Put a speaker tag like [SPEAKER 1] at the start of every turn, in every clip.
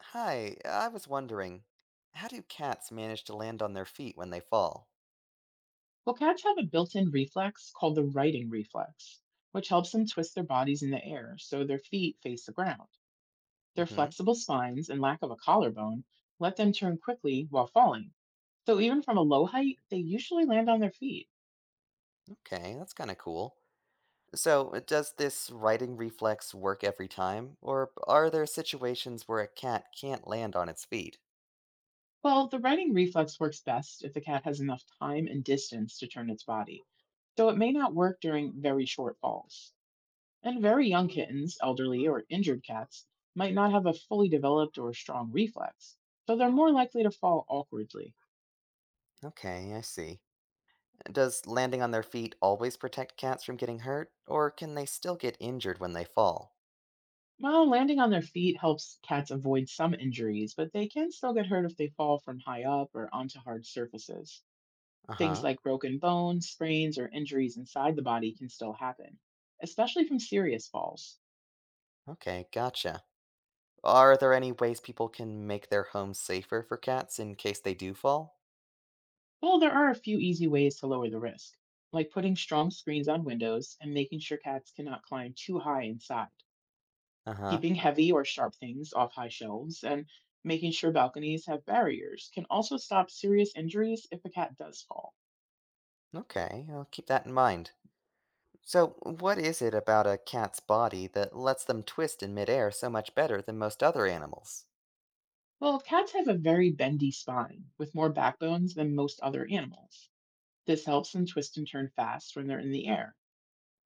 [SPEAKER 1] Hi, I was wondering, how do cats manage to land on their feet when they fall?
[SPEAKER 2] Well, cats have a built in reflex called the writing reflex, which helps them twist their bodies in the air so their feet face the ground. Their
[SPEAKER 1] Hmm.
[SPEAKER 2] flexible spines and lack of a collarbone let them turn quickly while falling. So, even from a low height, they usually land on their feet.
[SPEAKER 1] Okay, that's kind of cool. So, does this riding reflex work every time, or are there situations where a cat can't land on its feet?
[SPEAKER 2] Well, the writing reflex works best if the cat has enough time and distance to turn its body, so it may not work during very short falls. And very young kittens, elderly, or injured cats might not have a fully developed or strong reflex, so they're more likely to fall awkwardly.
[SPEAKER 1] Okay, I see. Does landing on their feet always protect cats from getting hurt, or can they still get injured when they fall?
[SPEAKER 2] While landing on their feet helps cats avoid some injuries, but they can still get hurt if they fall from high up or onto hard surfaces.
[SPEAKER 1] Uh
[SPEAKER 2] Things
[SPEAKER 1] huh.
[SPEAKER 2] like broken bones, sprains, or injuries inside the body can still happen, especially from serious falls.
[SPEAKER 1] Okay, gotcha. Are there any ways people can make their homes safer for cats in case they do fall?
[SPEAKER 2] Though there are a few easy ways to lower the risk, like putting strong screens on windows and making sure cats cannot climb too high inside.
[SPEAKER 1] Uh huh.
[SPEAKER 2] Keeping heavy or sharp things off high shelves and making sure balconies have barriers can also stop serious injuries if a cat does fall.
[SPEAKER 1] Okay, I'll keep that in mind. So, what is it about a cat's body that lets them twist in midair so much better than most other animals?
[SPEAKER 2] Well, cats have a very bendy spine with more backbones than most other animals. This helps them twist and turn fast when they're in the air.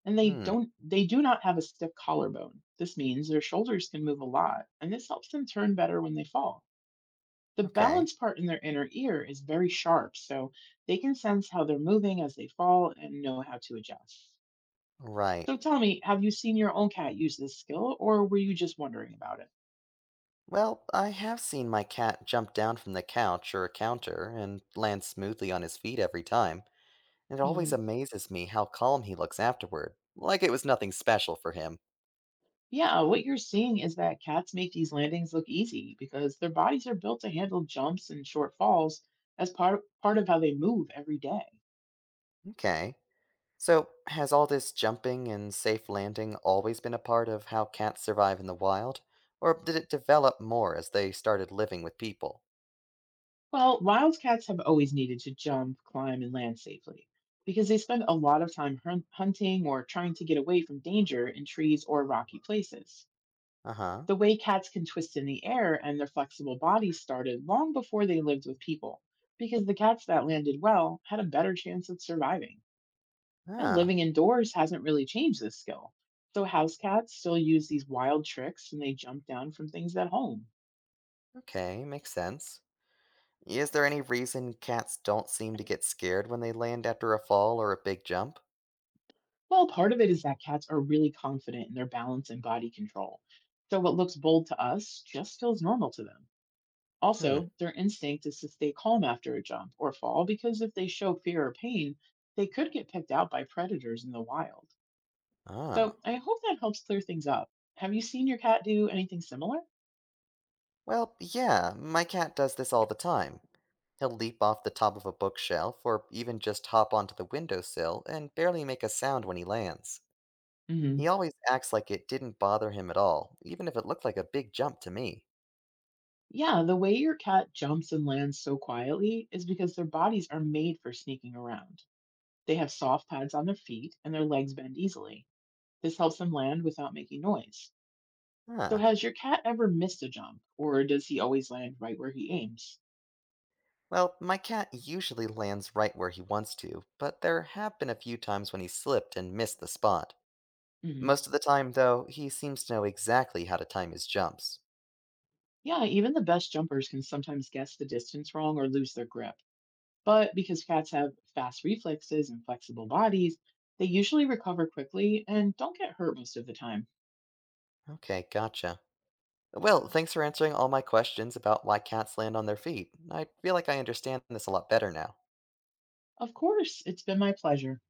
[SPEAKER 2] And they
[SPEAKER 1] Hmm.
[SPEAKER 2] don't they do not have a stiff collarbone. This means their shoulders can move a lot, and this helps them turn better when they fall. The
[SPEAKER 1] Okay.
[SPEAKER 2] balance part in their inner ear is very sharp, so they can sense how they're moving as they fall and know how to adjust.
[SPEAKER 1] Right.
[SPEAKER 2] So tell me, have you seen your own cat use this skill, or were you just wondering about it?
[SPEAKER 1] Well, I have seen my cat jump down from the couch or a counter and land smoothly on his feet every time, and it always
[SPEAKER 2] Mhm.
[SPEAKER 1] amazes me how calm he looks afterward, like it was nothing special for him.
[SPEAKER 2] Yeah, what you're seeing is that cats make these landings look easy because their bodies are built to handle jumps and short falls as part of how they move every day.
[SPEAKER 1] Okay. So, has all this jumping and safe landing always been a part of how cats survive in the wild? Or did it develop more as they started living with people?
[SPEAKER 2] Well, wild cats have always needed to jump, climb, and land safely because they spend a lot of time hunting or trying to get away from danger in trees or rocky places.
[SPEAKER 1] Uh huh.
[SPEAKER 2] The way cats can twist in the air and their flexible bodies started long before they lived with people, because the cats that landed well had a better chance of surviving. And
[SPEAKER 1] Ah.
[SPEAKER 2] living indoors hasn't really changed this skill. So house cats still use these wild tricks and they jump down from things at home.
[SPEAKER 1] Okay, makes sense. Is there any reason cats don't seem to get scared when they land after a fall or a big jump?
[SPEAKER 2] Well, part of it is that cats are really confident in their balance and body control. So what looks bold to us just feels normal to them.
[SPEAKER 1] Hmm.
[SPEAKER 2] Also, their instinct is to stay calm after a jump or fall because if they show fear or pain, they could get picked out by predators in the wild.
[SPEAKER 1] Ah.
[SPEAKER 2] So, I hope that helps clear things up. Have you seen your cat do anything similar?
[SPEAKER 1] Well, yeah, my cat does this all the time. He'll leap off the top of a bookshelf or even just hop onto the windowsill and barely make a sound when he lands. He
[SPEAKER 2] Hmm.
[SPEAKER 1] always acts like it didn't bother him at all, even if it looked like a big jump to me.
[SPEAKER 2] Yeah, the way your cat jumps and lands so quietly is because their bodies are made for sneaking around. They have soft pads on their feet and their legs bend easily. This helps them land without making noise. So,
[SPEAKER 1] Huh.
[SPEAKER 2] has your cat ever missed a jump, or does he always land right where he aims?
[SPEAKER 1] Well, my cat usually lands right where he wants to, but there have been a few times when he slipped and missed the spot.
[SPEAKER 2] Mhm.
[SPEAKER 1] Most of the time, though, he seems to know exactly how to time his jumps.
[SPEAKER 2] Yeah, even the best jumpers can sometimes guess the distance wrong or lose their grip. But because cats have fast reflexes and flexible bodies, they usually recover quickly and don't get hurt most of the time.
[SPEAKER 1] Okay, gotcha. Well, thanks for answering all my questions about why cats land on their feet. I feel like I understand this a lot better now.
[SPEAKER 2] Of course, it's been my pleasure.